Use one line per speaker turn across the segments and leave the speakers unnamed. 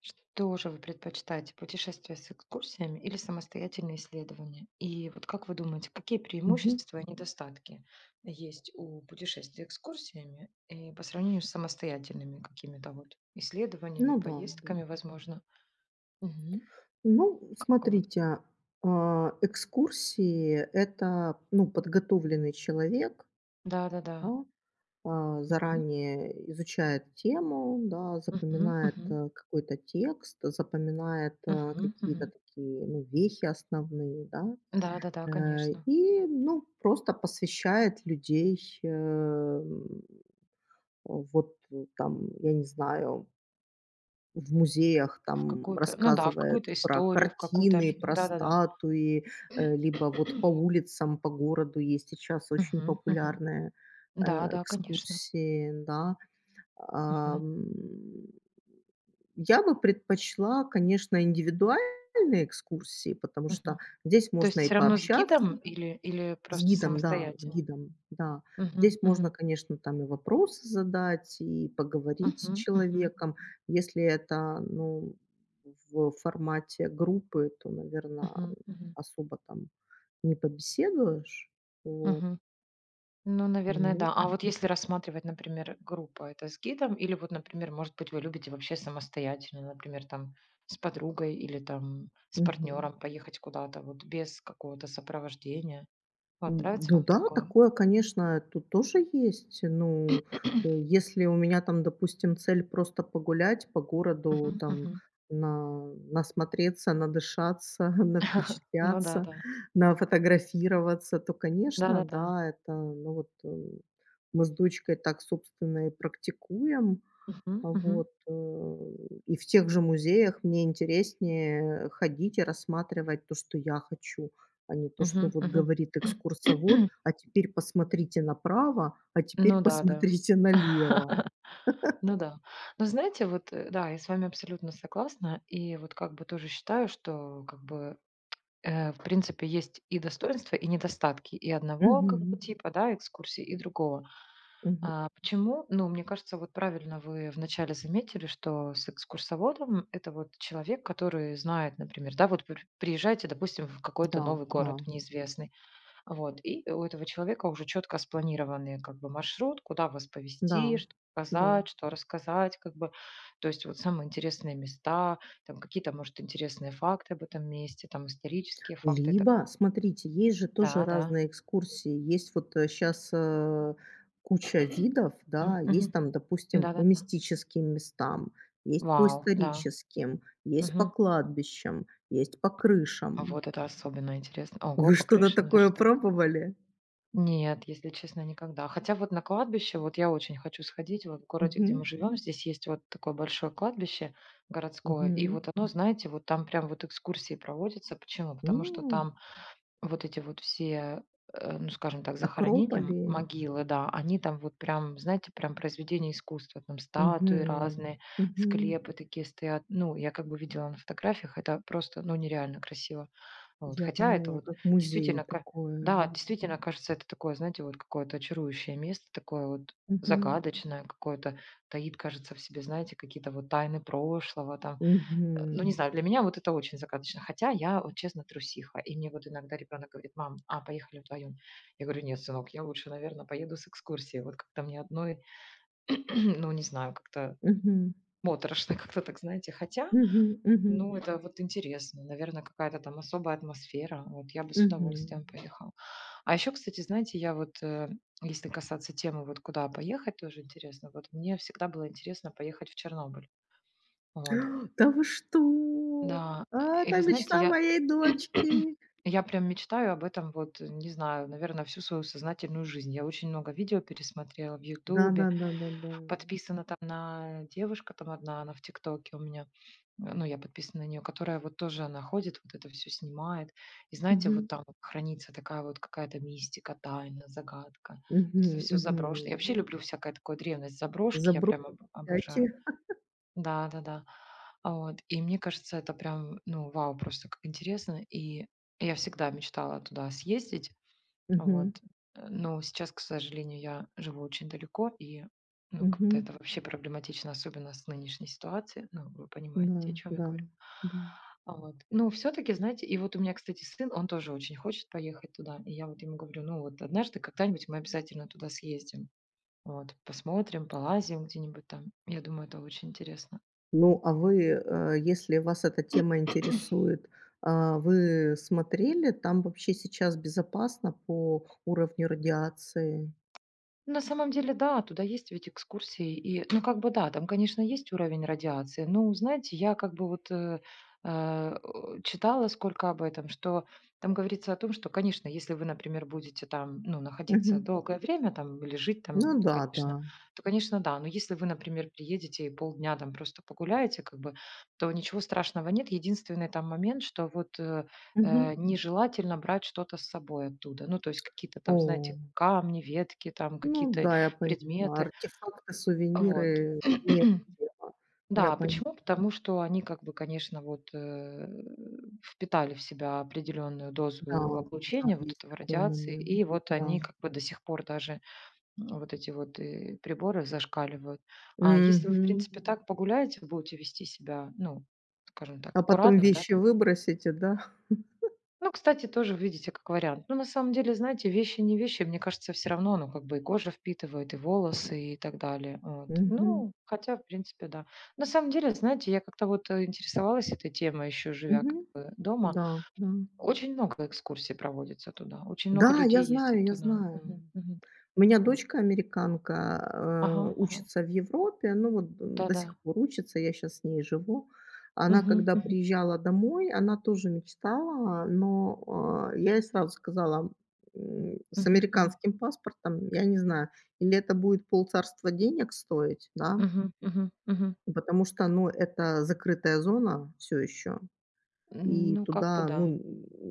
Что же вы предпочитаете, путешествия с экскурсиями или самостоятельные исследования? И вот как вы думаете, какие
Мгм.
преимущества и недостатки есть у путешествий экскурсиями и по сравнению с самостоятельными какими-то вот исследованиями,
Ну да, да.
поездками, возможно? Мгм.
Ну,
Как у вас?
смотрите, экскурсии- это, ну, подготовленный человек,
Да-да-да.
да,
М.
заранее изучает тему, да,
Мгм,
запоминает,
мгм,
какой-то текст, запоминает,
мгм,
какие-то
мгм.
такие, ну, вехи основные, да,
Да-да-да, конечно.
и, ну, просто посвящает людей, вот там, я не знаю, в музеях
В
там
какую-то, ну да, в
рассказывает
какую-то
про
историю, в какую-то
картины,
архи
про
Да-да-да.
статуи, либо вот по улицам, по городу есть сейчас очень
Мгм, мгм.
популярные, э,
Да, да, конечно.
экскурсии, да.
Мгм,
Ам, я бы предпочла, конечно, индивидуальные экскурсии, потому что
мгм.
здесь
То
можно
есть
и
все равно с гидом
пообщаться
или
с
просто
гидом, да, с
самостоятельно?
гидом, да.
Мгм,
Здесь можно,
мгм,
конечно, там и вопросы задать, и поговорить с
мгм, мгм,
человеком. Если это, ну, в формате группы, то, наверное,
мгм, мгм,
особо там не побеседуешь. Вот.
мгм. Ну, наверное,
Ну.
да. А вот если рассматривать, например, группа- это с гидом или вот, например, может быть, вы любите вообще самостоятельно, например, там с подругой или там с
Мгм.
партнером поехать куда-то вот без какого-то сопровождения? Вот нравится
Ну
вам
да,
такое?
такое, конечно, тут тоже есть. Ну, если у меня там, допустим, цель просто погулять по городу,
Мгм,
там,
мгм.
на насмотреться, надышаться,
Ну да,
навпечатляться,
да.
нафотографироваться, то, конечно,
Да-да-да.
да, это, ну вот, мы с дочкой так, собственно, и практикуем.
Мгм,
Вот,
мгм,
и в тех же музеях мне интереснее ходить и рассматривать то, что я хочу, а не то, что
мгм,
вот
мгм.
говорит экскурсовод: "А теперь посмотрите направо, а теперь
Ну да, да.
посмотрите налево".
Ну да. Но знаете, вот, да, я с вами абсолютно согласна. И вот как бы тоже считаю, что как бы, в принципе есть и достоинства, и недостатки и одного как бы
Мгм.
типа, да, экскурсии, и другого.
Мгм.
А почему? Ну, мне кажется, вот правильно вы вначале заметили, что с экскурсоводом- это вот человек, который знает, например, да, вот вы приезжаете, допустим, в какой-то
Да,
новый
да,
город, в неизвестный. Вот, и у этого человека уже четко спланированный как бы маршрут, куда вас
да,
повести, что
да.
показать, что рассказать, как бы, то есть вот самые интересные места, там какие-то, может, интересные факты об этом месте, там исторические факты. И так-
Либо, смотрите, есть же тоже
Да, да.
разные экскурсии. Есть вот сейчас куча видов,
М,
да, есть
мгм.
там, допустим,
Да,
по
да, да.
мистическим местам, есть по
Вау, да.
историческим, есть по
Мгм.
кладбищам, есть по
А
крышам.
вот это особенно интересно. Ого,
Вы
по
что-то
крышам
такое
даже так.
пробовали?
Нет, если честно, никогда. Хотя вот на кладбище, вот я очень хочу сходить, вот в городе, где
Мгм.
мы живем, здесь есть вот такое большое кладбище городское, и
Мгм.
вот оно, знаете, вот там прям вот экскурсии проводятся. Почему? Потому что
М,
там вот эти вот все, ну, скажем так, захоронения,
Акрополи.
м, могилы, да, они там вот прям, знаете, прям произведения искусства, там статуи
Мгм.
разные,
Мгм.
склепы такие стоят. Ну, я как бы видела на фотографиях, это просто, ну, нереально красиво. Вот.
Я
Хотя это
поняла,
вот
как музей
действительно,
такое.
да, действительно кажется, это такое, знаете, вот какое-то очарующее место, такое вот
Мгм.
загадочное какое-то, таит, кажется, в себе, знаете, какие-то вот тайны прошлого, там ну, не
Мгм.
знаю, для меня вот это очень загадочно. Хотя я, вот честно, трусиха. И мне вот иногда ребенок говорит: "Мам, а поехали вдвоем?" Я говорю: "Нет, сынок, я лучше, наверное, поеду с экскурсией. Вот как-то мне одной, ну, не знаю, как-то
Мгм.
моторошно, как-то так, знаете. Хотя,
Мгм. Мгм.
ну, это вот интересно, наверное, какая-то там особая атмосфера. Вот я бы с удовольствием
Мгм.
поехала". А еще, кстати, знаете, я вот, если касаться темы, вот куда поехать, тоже интересно. Вот мне всегда было интересно поехать в Чернобыль. Вот.
Да вы что?
Да,
А,
и
это
вы знаете,
мечта
я
моей дочки.
Я прям мечтаю об этом вот, не знаю, наверное, всю свою сознательную жизнь. Я очень много видео пересмотрела в "Ютубе",
Да-да-да-да-да.
подписана там на девушка там одна, она в "ТикТоке" у меня, ну, я подписана на нее, которая вот тоже она ходит, вот это все снимает. И знаете, вот
Мгм.
там вот хранится такая вот какая-то мистика, тайна, загадка. Вот это
Мгм.
все
Мгм.
заброшено. Я вообще люблю всякое такое древность, заброшки, я прям об
Забродяки.
обожаю. Да-да-да. А вот, и мне кажется, это прям, ну, вау, просто как интересно. И я всегда мечтала туда съездить. Вот.
Мгм.
Но сейчас, к сожалению, я живу очень далеко, и, ну, как-то
Мгм.
это вообще проблематично, особенно с нынешней ситуацией. Ну, вы
Да,
понимаете, о чем я
да,
говорю.
да.
А вот. Ну, все таки знаете, и вот у меня, кстати, сын, он тоже очень хочет поехать туда. И я вот ему говорю: "Ну вот однажды, когда-нибудь мы обязательно туда съездим. Вот, посмотрим, полазим где-нибудь там". Я думаю, это очень интересно.
Ну, а вы, если вас эта тема интересует, вы смотрели, там вообще сейчас безопасно по уровню радиации?
На самом деле, да, туда есть ведь экскурсии. И, ну, как бы да, там, конечно, есть уровень радиации. Ну, знаете, я как бы вот э, читала сколько об этом, что там говорится о том, что, конечно, если вы, например, будете там, ну, находиться
Мгм.
долгое время там или жить
Ну
там,
да, да.
конечно, то, конечно, да. Но если вы, например, приедете и полдня там просто погуляете, как бы, то ничего страшного нет. Единственный там момент, что вот
Мгм.
нежелательно брать что-то с собой оттуда. Ну, то есть какие-то там,
О.
знаете, камни, ветки, там
Ну
какие-то
да, я поняла.
предметы.
Артефакты,
Вот.
сувениры- не это Я
Да,
поняла.
почему? Потому что они, как бы, конечно, вот впитали в себя определенную
Да,
дозу
да,
облучения, вот
есть
этого
такой
радиации,
момент.
и вот
Да.
они как бы до сих пор даже вот эти вот приборы зашкаливают. А если вы, в
Мгм.
принципе, так погуляете, будете вести себя, ну, скажем так,
А потом
аккуратно, да,
вещи выбросите, да?
Ну, кстати, тоже, видите, как вариант. Ну, на самом деле, знаете, вещи не вещи. Мне кажется, все равно, ну, как бы и кожа впитывает, и волосы, и так далее. Вот.
Мгм.
Ну, хотя, в принципе, да. На самом деле, знаете, я как-то вот интересовалась этой темой, еще живя
Мгм.
как бы дома.
Да, да.
Очень много экскурсий проводится туда. Очень много
Да, я
людей ездит
знаю, я
туда.
знаю.
Мгм, мгм.
У меня
Вот.
дочка американка,
Ага, ага.
учится в Европе, ну вот д до
Да-да.
сих пор учится, я сейчас с ней живу. Она
Мгм,
когда
мгм,
приезжала домой, она тоже мечтала, но, я ей сразу сказала, с
мгм, мгм,
американским паспортом, я не знаю, или это будет полцарства денег стоить, да,
мгм, мгм, мгм.
потому что, ну, это закрытая зона все еще, и
Ну, как бы
туда,
да.
ну,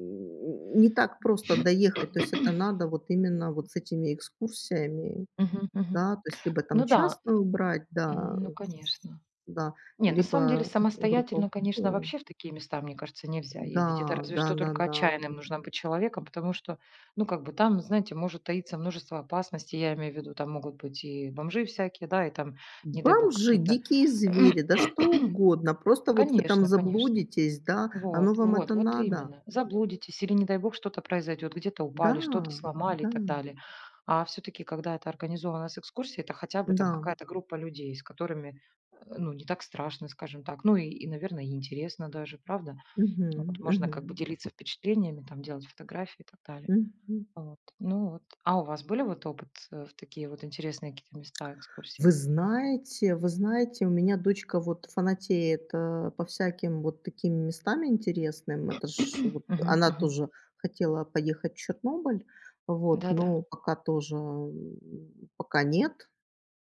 н не так просто доехать, то есть это надо вот именно вот с этими экскурсиями.
Мгм, мгм.
Да, то есть либо там
Ну да,
частную брать, да,
ну,
с
конечно.
да,
Не, на самом деле
либо групповую.
самостоятельно, конечно, вообще в такие места, мне кажется, нельзя
Да,
ездить. Это разве что только
да-да-да.
отчаянным нужно быть человеком, потому что, ну, как бы там, знаете, может таиться множество опасностей, я имею в виду, там могут быть и бомжи всякие, да, и там, не дай бог,
Бомжи,
какие-то...
дикие звери, да что угодно. Просто вот вы там
Конечно, конечно.
заблудитесь, да,
Вот,
оно вам
вот,
это
вот
надо?
именно. Заблудитесь или, не дай бог, что-то произойдет, где-то
Да,
упали, что-то сломали и
да,
так далее. А все-таки, когда это организовано с экскурсией, это хотя бы там
да.
какая-то группа людей, с которыми, ну, не так страшно, скажем так. Ну и, наверное, и интересно даже, правда?
Угу,
Вот, можно как бы
угу,
делиться впечатлениями, там делать фотографии и так далее.
мгм.
Вот. Ну вот. А у вас были вот опыт в такие вот интересные какие-то места экскурсии?
Вы знаете, у меня дочка вот фанатеет, по всяким вот таким местам интересным. Это ж вот
Мгм,
она
мгм.
тоже хотела поехать в Чернобыль, вот,
Да-да.
но пока тоже, пока нет,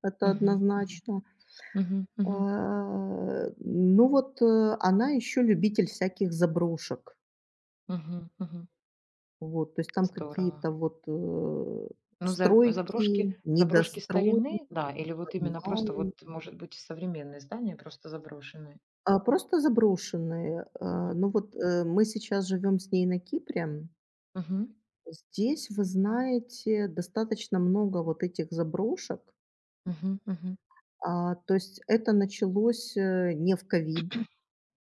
это
Мгм, мгм,
однозначно.
мгм,
А,
мгм,
ну вот, она еще любитель всяких заброшек.
мгм, мгм.
Вот, то есть там
Здорово.
какие-то вот,
Ну, за
стройки,
заброшки
недострой,
старины, да, или вот именно просто
подвалы.
вот, может быть, и современные здания просто заброшенные.
А, просто заброшенные. А,
М.
ну вот, мы сейчас живем с ней на Кипре.
Мгм.
Здесь, вы знаете, достаточно много вот этих заброшек.
Мгм. Мгм.
А, то есть это началось, не в ковид.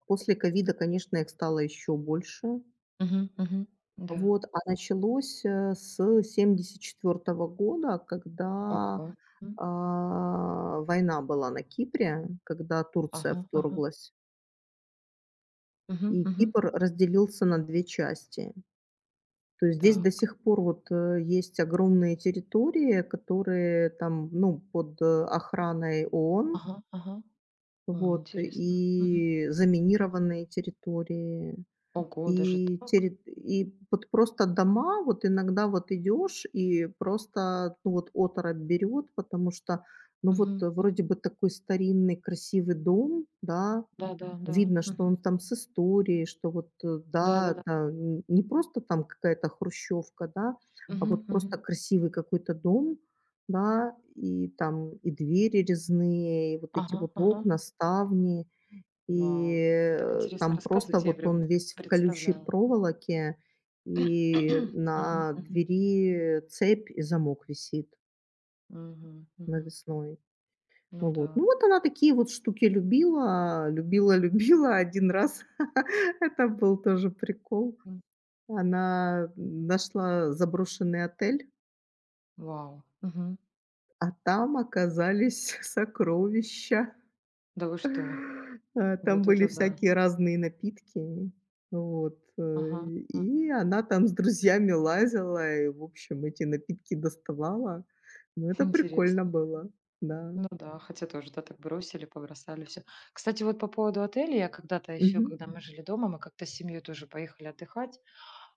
После ковида, конечно, их стало еще больше.
Мгм. Мгм. Да.
Вот, а началось, с 74 года, когда,
Ого. М.
война была на Кипре, когда Турция
Ага. Ага.
вторглась,
Мгм.
и
Мгм.
Кипр разделился на 2 части. То есть здесь до
Так.
сих пор вот, есть огромные территории, которые там, ну, под, охраной ООН,
Ага. Ага. О,
вот,
интересно. Мгм.
и заминированные территории,
Ого, даже так?
и вот просто дома, вот иногда вот идешь и просто, ну, вот оторопь берет, потому что, ну, вот
Мгм.
вроде бы такой старинный красивый дом, да,
Да-да-да.
видно, что
Мгм.
он там с историей, что вот, да,
Да-да-да.
это н не просто там какая-то хрущевка, да, а
Мгм.
вот
Мгм.
просто красивый какой-то дом, да, и там и двери резные, и вот эти
Ага.
вот
Ага.
окна, ставни. И,
Вау, вы так интересно
там просто
рассказываете, я
вот он
прям
весь в колючей
представляю.
проволоке, и
Мгм.
на
Мгм.
двери цепь и замок висит
Мгм. Мгм.
навесной.
Ну да.
Вот. Ну, вот она такие вот штуки любила, любила, любила. Один раз это был тоже прикол.
М.
Она нашла заброшенный отель,
Вау. Мгм.
а там оказались сокровища.
Да вы что?
Там
Вот
были
это да.
всякие разные напитки. Вот,
Ага, ага.
и она там с друзьями лазила и, в общем, эти напитки доставала. Ну, это прикольно
Интересно.
было, да.
Ну да, хотя тоже, да, так бросили, побросали все. Кстати, вот по поводу отелей, я когда-то еще,
Мгм.
когда мы жили дома, мы как-то с семьей тоже поехали отдыхать.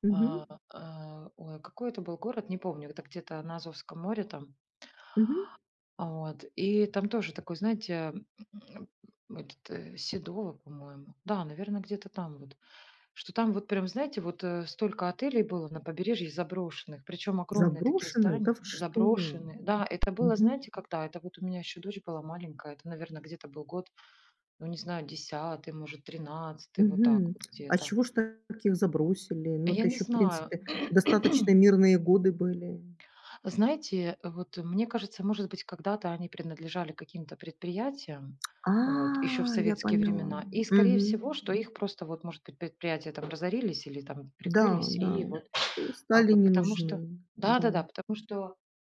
Мгм.
А, ой, а какой это был город, не помню, это где-то на Азовском море там.
Мгм.
А, вот. И там тоже такой, знаете, Седово, по-моему. Да, наверное, где-то там вот. Что там вот прям, знаете, вот, столько отелей было на побережье заброшенных, причем огромные такие
Заброшенных? Да
здания,
вы что?
заброшенные. Да, это было,
Мгм.
знаете, когда? Это вот у меня еще дочь была маленькая, это, наверное, где-то был год, ну, не знаю, 10-й может, 13-й вот так
Мгм.
вот
А
где-то.
чего ж таких забросили? Ну,
Я
это
не
еще, в
знаю.
принципе, достаточно мирные годы были.
Знаете, вот мне кажется, может быть, когда-то они принадлежали каким-то предприятиям,
А,
вот, еще в
я
советские
поняла.
времена. И, скорее
Мгм.
всего, что их просто, вот, может быть, предприятия там разорились или там
Да,
прикрылись,
да.
и вот
И
А
стали
вот
не
потому что
нужны. Да.
да-да-да, потому что,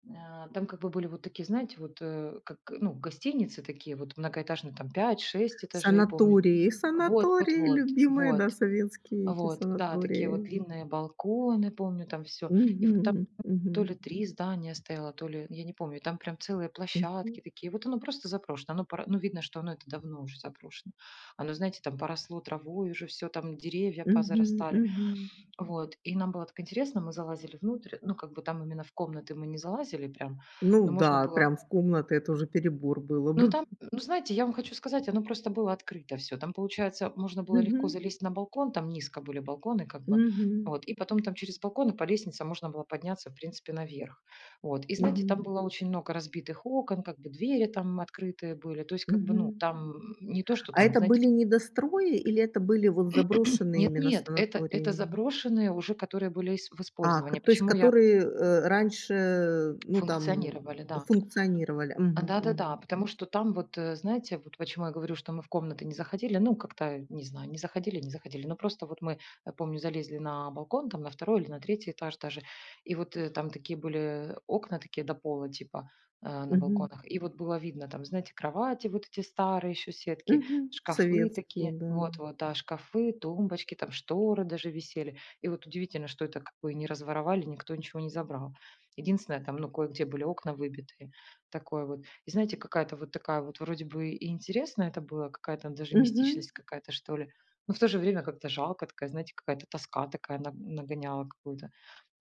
там как бы были вот такие, знаете, вот, как, ну, гостиницы такие вот многоэтажные, там пять, шесть этажей, помню.
Санатории,
Вот вот
санатории,
вот
любимые, да,
вот
советские эти
вот, да, такие вот
санатории.
длинные балконы, помню, там все. И вот там
Мгм,
то
мгм,
ли 3 здания стояло, то ли я не помню, там прям целые
мгм,
площадки такие. Вот оно просто заброшено, оно пора ну, видно, что оно это давно уже заброшено. Оно, знаете, там поросло травой уже все, там деревья
мгм,
позарастали.
мгм.
Вот, и нам было так интересно, мы залазили внутрь, ну, как бы там именно в комнаты мы не залазили прям,
Ну
но можно
да,
было...
прям в комнаты- это уже перебор было
Но
бы.
там, ну, знаете, я вам хочу сказать, оно просто было открыто все. Там, получается, можно было легко
Мгм,
залезть на балкон, там низко были балконы, как бы,
мгм.
вот, и потом там через балконы по лестнице можно было подняться, в принципе, наверх. Вот, и, знаете,
Мгм,
там было очень много разбитых окон, как бы двери там открытые были, то есть, как бы, ну,
мгм.
там не то, что
А
там,
это
знаете,
были недострои или это были вот заброшенные именно
нет-нет, это
санатории?
заброшенные уже, которые были в
А, ко
использовании.
то есть
Почему я
которые, раньше, ну, там
функционировали, да.
функционировали. Мгм,
Да-да-да,
мгм,
потому что там вот, знаете, вот почему я говорю, что мы в комнаты не заходили, ну, как-то, не знаю, не заходили, не заходили, но просто вот мы, помню, залезли на балкон, там на второй или на третий этаж даже, и вот, там такие были окна такие до пола типа, на
мгм,
балконах, и вот было видно там, знаете, кровати вот эти старые еще сетки,
мгм.
шкафы
Советские,
такие,
да.
вот-вот, да, шкафы, тумбочки, там шторы даже висели, и вот удивительно, что это как бы и не разворовали, никто ничего не забрал. Единственное, там, ну, кое-где были окна выбитые, такое вот. И знаете, какая-то вот такая вот вроде бы и интересно это было, какая-то даже
Мгм.
мистичность какая-то, что ли. Но в то же время как-то жалко, такая, знаете, какая-то тоска такая нагоняла какую-то.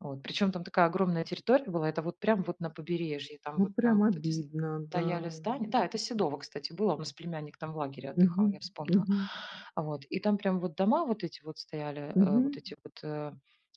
Вот. Причем там такая огромная территория была, это вот прям вот на побережье, там
Ну,
вот прям
прям
вот эти
обидно,
стояли
да.
здания. Да, это Седово, кстати, было, у нас племянник там в лагере
Мгм,
отдыхал, я вспомнила.
мгм,
А вот. И там прям вот дома вот эти вот стояли, вот
мгм.
эти вот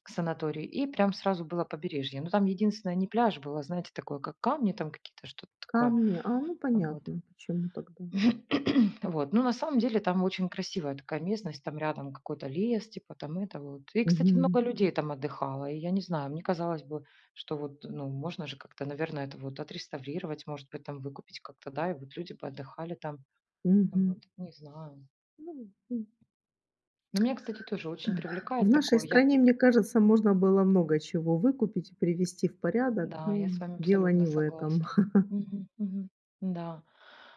санатории, и прям сразу было побережье. Но там единственное не пляж было, знаете, такое, как камни там какие-то, что-то такое.
Камни. А, ну
Вот.
понятно, почему тогда.
Вот, ну, на самом деле там очень красивая такая местность, там рядом какой-то лес, типа там это вот. И, кстати,
Мгм,
много людей там отдыхало, и я не знаю, мне казалось бы, что вот, ну, можно же как-то, наверное, это вот отреставрировать, может быть, там выкупить как-то, да, и вот люди бы отдыхали там,
мгм.
вот, не знаю.
Ну,
Но меня, кстати, тоже
да.
очень
В
привлекает
нашей
такое, я,
стране, мне кажется, можно было много чего выкупить и привести в порядок,
да,
но
я с вами
дело
абсолютно
не в этом.
согласна. Мгм, мгм. Да.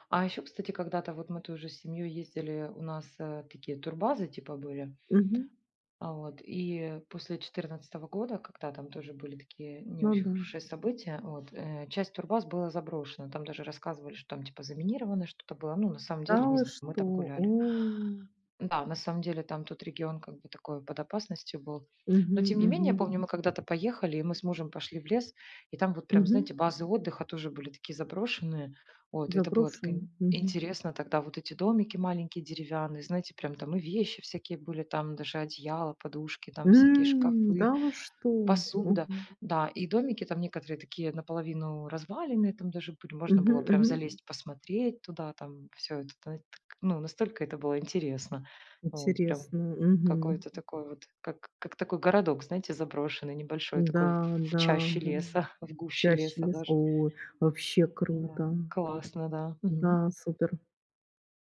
А еще, кстати, когда-то вот мы тоже с семьей ездили, у нас такие турбазы типа были,
Мгм.
А вот, и после 14-го года, когда там тоже были такие не
Ну
очень
да.
хорошие события, вот, часть турбаз была заброшена. Там даже рассказывали, что там типа заминировано что-то было. Ну, на самом
Да
деле, не
вы
знаю, мы там
что? О.
гуляли. Да, на самом деле там тот регион как бы такой под опасностью был. Но
Мгм,
тем не менее,
мгм,
я помню, мы когда-то поехали, и мы с мужем пошли в лес, и там вот прям,
мгм.
знаете, базы отдыха тоже были такие заброшенные. Вот, это было так
Заброшено. Мгм.
интересно тогда, вот эти домики маленькие деревянные, знаете, прям там и вещи всякие были, там даже одеяло, подушки, там всякие
М,
шкафы.
да вы что?
Посуда,
Мгм.
да. И домики там некоторые такие наполовину разваленные там даже были. Можно
Мгм,
было прям
мгм.
залезть, посмотреть туда, там все это. Та так ну, настолько это было интересно. Вот прям
Интересно. Мгм.
какой-то такой вот, как такой городок, знаете, заброшенный, небольшой такой
Да,
в
да,
чаще
да.
леса, в гуще
Чаще
леса
лес.
даже.
О, вообще
Да,
круто.
классно, да. Мгм.
Да, супер.